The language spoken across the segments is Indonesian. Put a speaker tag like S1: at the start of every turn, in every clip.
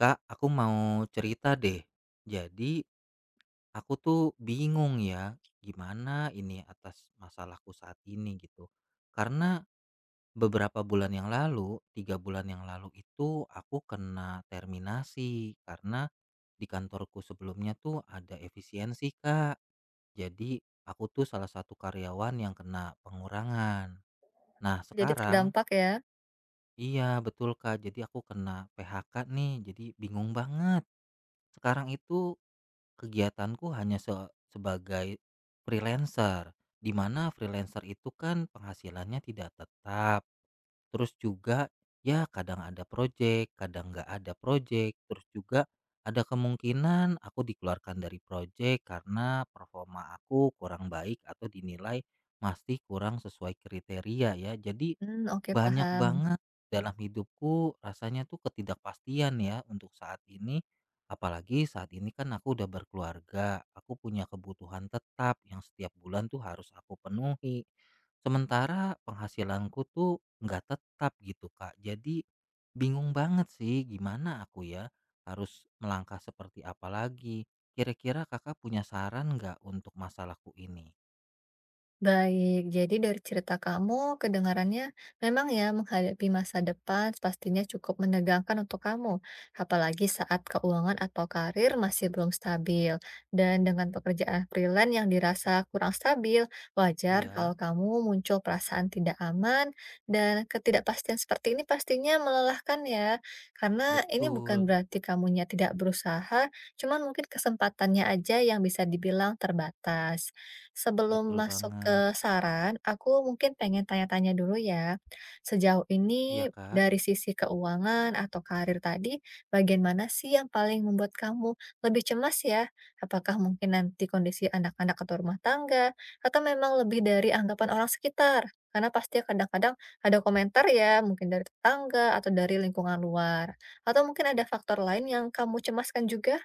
S1: Kak, aku mau cerita deh. Jadi, aku tuh bingung ya, gimana ini atas masalahku saat ini gitu. Karena beberapa bulan yang lalu, tiga bulan yang lalu itu aku kena terminasi karena di kantorku sebelumnya tuh ada efisiensi, Kak. Jadi, aku tuh salah satu karyawan yang kena pengurangan. Nah,
S2: Jadi
S1: sekarang
S2: terdampak ya?
S1: iya betul, Kak. Jadi aku kena PHK nih, jadi bingung banget. Sekarang itu kegiatanku hanya sebagai freelancer, di mana freelancer itu kan penghasilannya tidak tetap, terus juga ya kadang ada project, kadang nggak ada project, terus juga ada kemungkinan aku dikeluarkan dari project karena performa aku kurang baik atau dinilai masih kurang sesuai kriteria ya. Jadi
S2: Mmm, oke
S1: banyak
S2: paham.
S1: banget dalam hidupku rasanya tuh ketidakpastian ya untuk saat ini. Apalagi saat ini kan aku udah berkeluarga, aku punya kebutuhan tetap yang setiap bulan tuh harus aku penuhi. Sementara penghasilanku tuh nggak tetap gitu Kak. Jadi bingung banget sih gimana aku ya harus melangkah seperti apa lagi. Kira-kira kakak punya saran nggak untuk masalahku ini?
S2: Baik, jadi dari cerita kamu, kedengarannya memang ya menghadapi masa depan pastinya cukup menegangkan untuk kamu, apalagi saat keuangan atau karir masih belum stabil. Dan dengan pekerjaan freelance yang dirasa kurang stabil, wajar kalau
S1: Iya,
S2: kamu muncul perasaan tidak aman dan ketidakpastian seperti ini pastinya melelahkan ya, karena ini bukan
S1: betul.
S2: berarti kamunya tidak berusaha, cuman mungkin kesempatannya aja yang bisa dibilang terbatas. Sebelum
S1: Betul
S2: masuk
S1: banget.
S2: ke saran, aku mungkin pengen tanya-tanya dulu ya. Sejauh
S1: Iya
S2: ini
S1: Kak.
S2: dari sisi keuangan atau karir tadi, bagian mana sih yang paling membuat kamu lebih cemas ya? Apakah mungkin nanti kondisi anak-anak atau rumah tangga, atau memang lebih dari anggapan orang sekitar? Karena pasti kadang-kadang ada komentar ya, mungkin dari tetangga atau dari lingkungan luar. Atau mungkin ada faktor lain yang kamu cemaskan juga?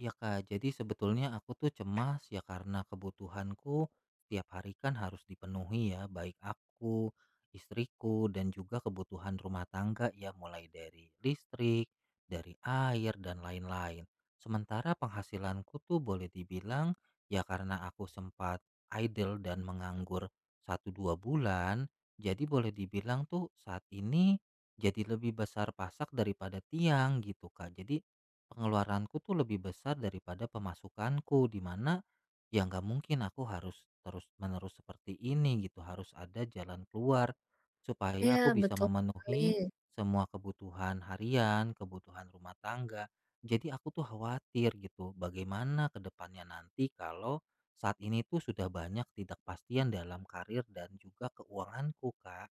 S1: Ya Kak, jadi sebetulnya aku tuh cemas ya karena kebutuhanku setiap hari kan harus dipenuhi ya, baik aku, istriku, dan juga kebutuhan rumah tangga ya, mulai dari listrik, dari air, dan lain-lain. Sementara penghasilanku tuh boleh dibilang ya karena aku sempat idle dan menganggur satu dua bulan, jadi boleh dibilang tuh saat ini jadi lebih besar pasak daripada tiang gitu Kak. Jadi pengeluaranku tuh lebih besar daripada pemasukanku, di mana ya nggak mungkin aku harus terus-menerus seperti ini gitu, harus ada jalan keluar supaya
S2: Iya,
S1: aku bisa
S2: betul
S1: memenuhi
S2: sekali.
S1: semua kebutuhan harian, kebutuhan rumah tangga. Jadi aku tuh khawatir gitu, bagaimana ke depannya nanti kalau saat ini tuh sudah banyak ketidakpastian dalam karir dan juga keuanganku, Kak.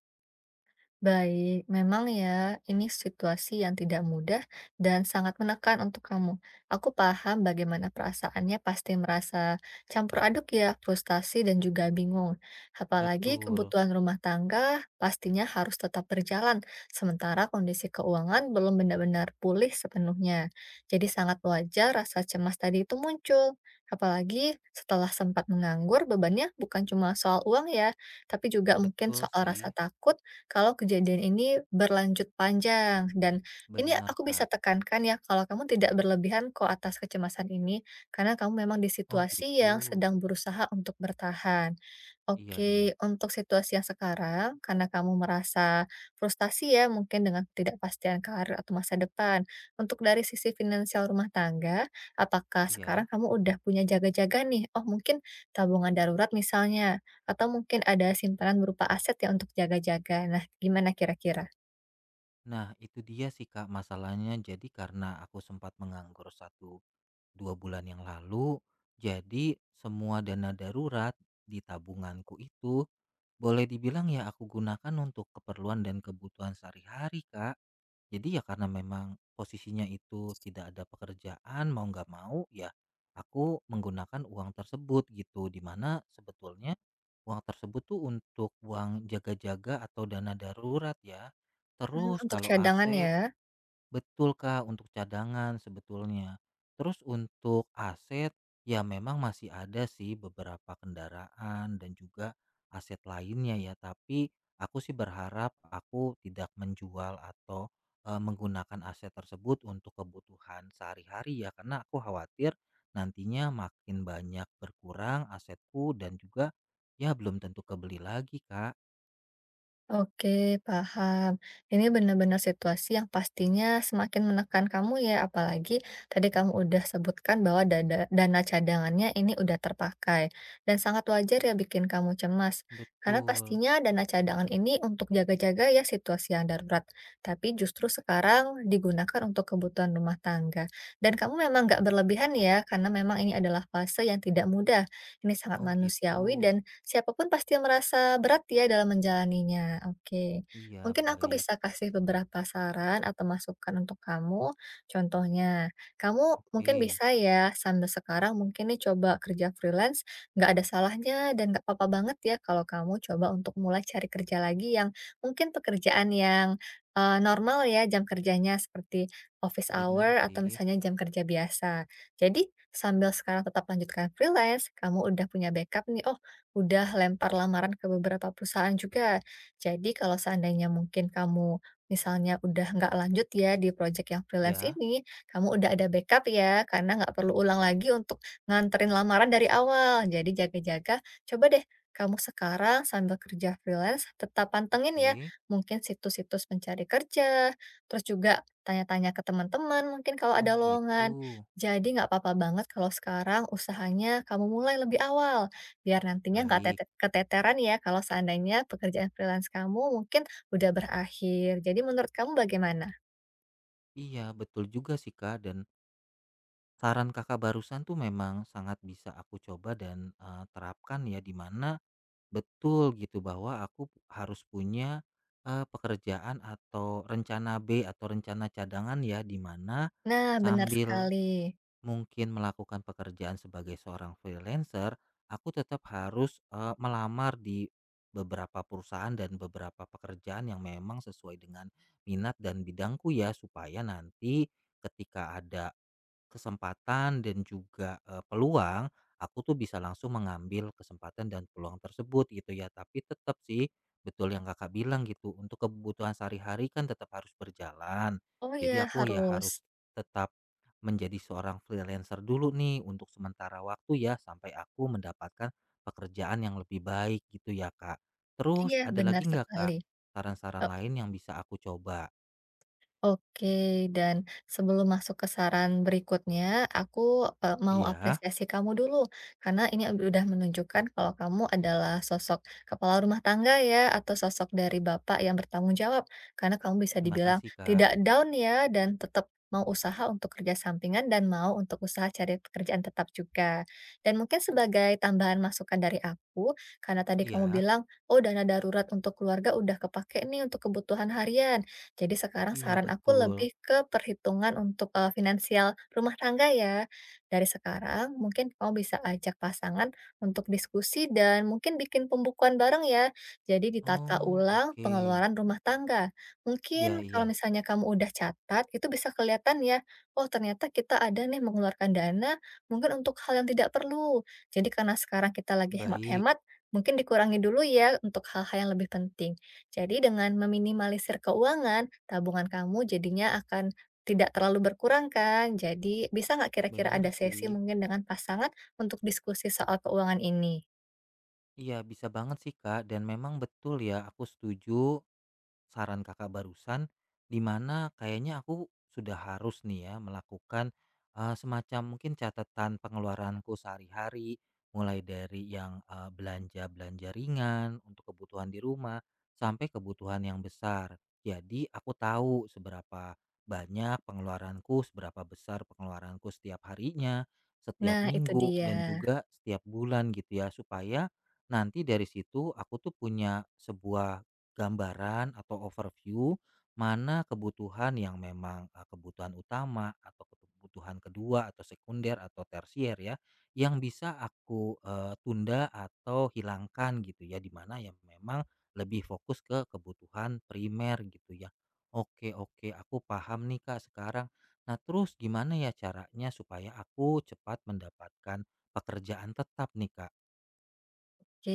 S2: Baik, memang ya, ini situasi yang tidak mudah dan sangat menekan untuk kamu. Aku paham bagaimana perasaannya pasti merasa campur aduk ya, frustasi dan juga bingung. Apalagi
S1: Betul,
S2: kebutuhan rumah tangga pastinya harus tetap berjalan, sementara kondisi keuangan belum benar-benar pulih sepenuhnya. Jadi sangat wajar rasa cemas tadi itu muncul. Apalagi setelah sempat menganggur, bebannya bukan cuma soal uang ya, tapi juga mungkin
S1: betul
S2: soal rasa
S1: sih,
S2: takut kalau kejadian ini berlanjut panjang. Dan ini
S1: benar
S2: aku bisa
S1: Kak.
S2: tekankan ya, kalau kamu tidak berlebihan kok atas kecemasan ini, karena kamu memang di
S1: Oh
S2: situasi
S1: gitu.
S2: yang sedang berusaha untuk bertahan.
S1: Iya,
S2: Oke,
S1: iya.
S2: untuk situasi yang sekarang, karena kamu merasa frustasi ya mungkin dengan ketidakpastian karir atau masa depan. Untuk dari sisi finansial rumah tangga, apakah sekarang
S1: Iya.
S2: kamu udah punya jaga-jaga nih? Oh mungkin tabungan darurat misalnya, atau mungkin ada simpanan berupa aset ya untuk jaga-jaga. Nah gimana kira-kira?
S1: Nah, itu dia sih Kak masalahnya. Jadi karena aku sempat menganggur satu 2 bulan yang lalu, jadi semua dana darurat di tabunganku itu boleh dibilang ya aku gunakan untuk keperluan dan kebutuhan sehari-hari Kak. Jadi ya karena memang posisinya itu tidak ada pekerjaan, mau nggak mau ya aku menggunakan uang tersebut gitu. Dimana sebetulnya uang tersebut tuh untuk uang jaga-jaga atau dana darurat ya.
S2: Mmm,
S1: Terus
S2: untuk
S1: kalau
S2: cadangan
S1: AC
S2: ya.
S1: betul Kak, untuk cadangan sebetulnya. Terus untuk aset, ya memang masih ada sih beberapa kendaraan dan juga aset lainnya ya, tapi aku sih berharap aku tidak menjual atau menggunakan aset tersebut untuk kebutuhan sehari-hari ya, karena aku khawatir nantinya makin banyak berkurang asetku dan juga ya belum tentu kebeli lagi Kak.
S2: Oke, paham. Ini benar-benar situasi yang pastinya semakin menekan kamu ya, apalagi tadi kamu udah sebutkan bahwa dana cadangannya ini udah terpakai. Dan sangat wajar ya bikin kamu cemas. Karena
S1: Betul.
S2: pastinya dana cadangan ini untuk jaga-jaga ya situasi yang darurat. Tapi justru sekarang digunakan untuk kebutuhan rumah tangga. Dan kamu memang nggak berlebihan ya, karena memang ini adalah fase yang tidak mudah. Ini sangat
S1: Oh gitu.
S2: manusiawi dan Siapapun pasti merasa berat ya dalam menjalaninya. Oke,
S1: Iya,
S2: mungkin aku
S1: baik.
S2: bisa kasih beberapa saran atau masukan untuk kamu. Contohnya, kamu mungkin
S1: Oke.
S2: bisa ya sambil sekarang mungkin nih coba kerja freelance, nggak ada salahnya dan nggak apa-apa banget ya kalau kamu coba untuk mulai cari kerja lagi yang mungkin pekerjaan yang normal ya jam kerjanya seperti office
S1: Bener
S2: hour atau
S1: sih.
S2: misalnya jam kerja biasa. Jadi sambil sekarang tetap lanjutkan freelance, kamu udah punya backup nih, oh udah lempar lamaran ke beberapa perusahaan juga. Jadi kalau seandainya mungkin kamu misalnya udah nggak lanjut ya di project yang freelance
S1: Ya,
S2: ini, kamu udah ada backup ya, karena nggak perlu ulang lagi untuk nganterin lamaran dari awal. Jadi jaga-jaga, coba deh kamu sekarang sambil kerja freelance tetap pantengin ya
S1: oke.
S2: mungkin situs-situs pencari kerja, terus juga tanya-tanya ke teman-teman mungkin kalau
S1: Oh
S2: ada
S1: gitu.
S2: lowongan. Jadi nggak apa-apa banget kalau sekarang usahanya kamu mulai lebih awal. Biar nantinya nggak
S1: Baik.
S2: keteteran ya kalau seandainya pekerjaan freelance kamu mungkin udah berakhir. Jadi menurut kamu bagaimana?
S1: Iya, betul juga sih Kak dan saran Kakak barusan tuh memang sangat bisa aku coba dan terapkan ya di mana betul gitu bahwa harus punya pekerjaan atau rencana B atau rencana cadangan ya di mana
S2: Nah, benar
S1: sambil
S2: sekali.
S1: mungkin melakukan pekerjaan sebagai seorang freelancer, aku tetap harus melamar di beberapa perusahaan dan beberapa pekerjaan yang memang sesuai dengan minat dan bidangku ya supaya nanti ketika ada kesempatan dan juga, peluang, aku tuh bisa langsung mengambil kesempatan dan peluang tersebut gitu ya. Tapi tetap sih, betul yang Kakak bilang gitu, untuk kebutuhan sehari-hari kan tetap harus berjalan.
S2: Oh,
S1: Jadi
S2: ya
S1: aku ya
S2: harus.
S1: harus tetap menjadi seorang freelancer dulu nih untuk sementara waktu ya, sampai aku mendapatkan pekerjaan yang lebih baik gitu ya, Kak.
S2: Iya,
S1: Terus ada
S2: benar
S1: lagi nggak,
S2: sekali.
S1: Kak, saran-saran lain yang bisa aku coba?
S2: Oke, dan sebelum masuk ke saran berikutnya, aku mau
S1: Iya?
S2: apresiasi kamu dulu karena ini udah menunjukkan kalau kamu adalah sosok kepala rumah tangga ya atau sosok dari bapak yang bertanggung jawab karena kamu bisa
S1: Terima
S2: dibilang
S1: kasih, Kak.
S2: tidak down ya dan tetap mau usaha untuk kerja sampingan dan mau untuk usaha cari pekerjaan tetap juga. Dan mungkin sebagai tambahan masukan dari aku, karena tadi kamu
S1: Iya?
S2: bilang, oh dana darurat untuk keluarga udah kepake nih untuk kebutuhan harian. Jadi sekarang
S1: Iya,
S2: saran aku
S1: betul.
S2: lebih ke perhitungan untuk, finansial rumah tangga ya. Dari sekarang mungkin kamu bisa ajak pasangan untuk diskusi dan mungkin bikin pembukuan bareng ya. Jadi ditata
S1: Oh,
S2: ulang
S1: oke.
S2: pengeluaran rumah tangga.
S1: Iya,
S2: Mungkin kalau
S1: iya.
S2: misalnya kamu udah catat itu bisa kelihatan ya, oh ternyata kita ada nih mengeluarkan dana mungkin untuk hal yang tidak perlu. Jadi karena sekarang kita lagi
S1: Baik,
S2: hemat-hemat, mungkin dikurangi dulu ya untuk hal-hal yang lebih penting. Jadi dengan meminimalisir keuangan, tabungan kamu jadinya akan tidak terlalu berkurang kan? Jadi bisa nggak kira-kira ada
S1: bener
S2: sesi
S1: sih.
S2: mungkin dengan pasangan untuk diskusi soal keuangan ini?
S1: Iya, bisa banget sih, Kak. Dan memang betul ya, aku setuju saran Kakak barusan, di mana kayaknya aku sudah harus nih ya melakukan semacam mungkin catatan pengeluaranku sehari-hari, mulai dari yang belanja-belanja ringan untuk kebutuhan di rumah, sampai kebutuhan yang besar. Jadi aku tahu seberapa banyak pengeluaranku, seberapa besar pengeluaranku setiap harinya, setiap
S2: Nah itu
S1: minggu,
S2: dia.
S1: dan juga setiap bulan gitu ya, supaya nanti dari situ aku tuh punya sebuah gambaran atau overview mana kebutuhan yang memang kebutuhan utama atau kebutuhan kedua atau sekunder atau tersier ya yang bisa aku tunda atau hilangkan gitu ya di mana yang memang lebih fokus ke kebutuhan primer gitu ya. Oke oke aku paham nih Kak sekarang. Nah, terus gimana ya caranya supaya aku cepat mendapatkan pekerjaan tetap nih Kak?
S2: Oke,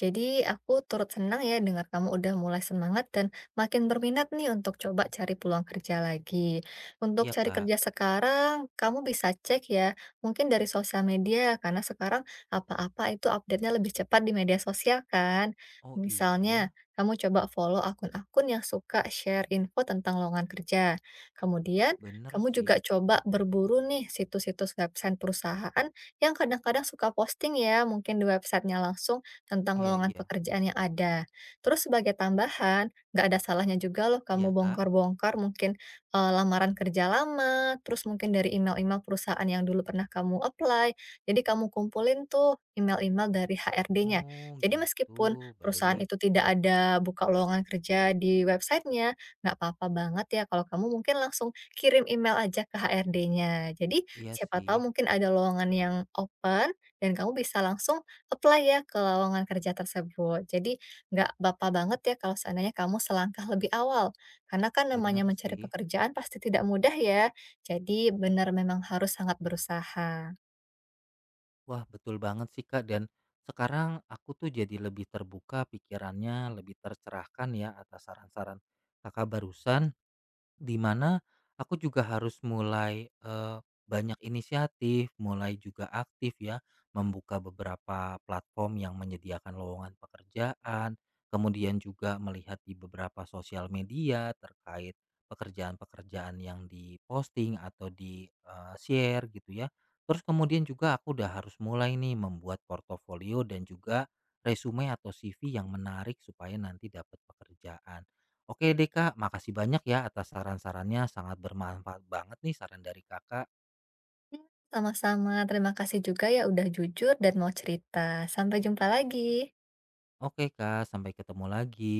S2: jadi aku turut senang ya dengar kamu udah mulai semangat dan makin berminat nih untuk coba cari peluang kerja lagi. Untuk
S1: Iya
S2: cari
S1: Kak.
S2: kerja sekarang, kamu bisa cek ya, mungkin dari sosial media, karena sekarang apa-apa itu update-nya lebih cepat di media sosial kan.
S1: Oh iya ya,
S2: Misalnya, kamu coba follow akun-akun yang suka share info tentang lowongan kerja. Kemudian,
S1: bener
S2: kamu juga
S1: sih.
S2: coba berburu nih situs-situs website perusahaan yang kadang-kadang suka posting ya, mungkin di websitenya langsung tentang
S1: Iya
S2: lowongan
S1: iya.
S2: pekerjaan yang ada. Terus sebagai tambahan, nggak ada salahnya juga loh kamu
S1: Iya, Kak.
S2: bongkar-bongkar mungkin lamaran kerja lama, terus mungkin dari email-email perusahaan yang dulu pernah kamu apply. Jadi kamu kumpulin tuh email-email dari HRD-nya.
S1: Oh,
S2: Jadi meskipun
S1: gitu.
S2: perusahaan
S1: Baik.
S2: itu tidak ada buka lowongan kerja di websitenya, nggak apa-apa banget ya kalau kamu mungkin langsung kirim email aja ke HRD-nya. Jadi
S1: Iya
S2: siapa
S1: sih,
S2: tahu mungkin ada lowongan yang open dan kamu bisa langsung apply ya ke lowongan kerja tersebut. Jadi nggak bapak banget ya kalau seandainya kamu selangkah lebih awal. Karena kan namanya
S1: bener
S2: mencari
S1: sih.
S2: pekerjaan pasti tidak mudah ya. Jadi benar memang harus sangat berusaha.
S1: Wah, betul banget sih, Kak. Dan sekarang aku tuh jadi lebih terbuka pikirannya, lebih tercerahkan ya atas saran-saran Kakak barusan. Di mana aku juga harus mulai banyak inisiatif, mulai juga aktif ya, membuka beberapa platform yang menyediakan lowongan pekerjaan, kemudian juga melihat di beberapa sosial media terkait pekerjaan-pekerjaan yang diposting atau di share gitu ya. Terus kemudian juga aku udah harus mulai nih membuat portofolio dan juga resume atau CV yang menarik supaya nanti dapat pekerjaan. Oke deh Kak, makasih banyak ya atas saran-sarannya, sangat bermanfaat banget nih saran dari Kakak.
S2: Iya, sama-sama. Terima kasih juga ya udah jujur dan mau cerita. Sampai jumpa lagi.
S1: Oke Kak, sampai ketemu lagi.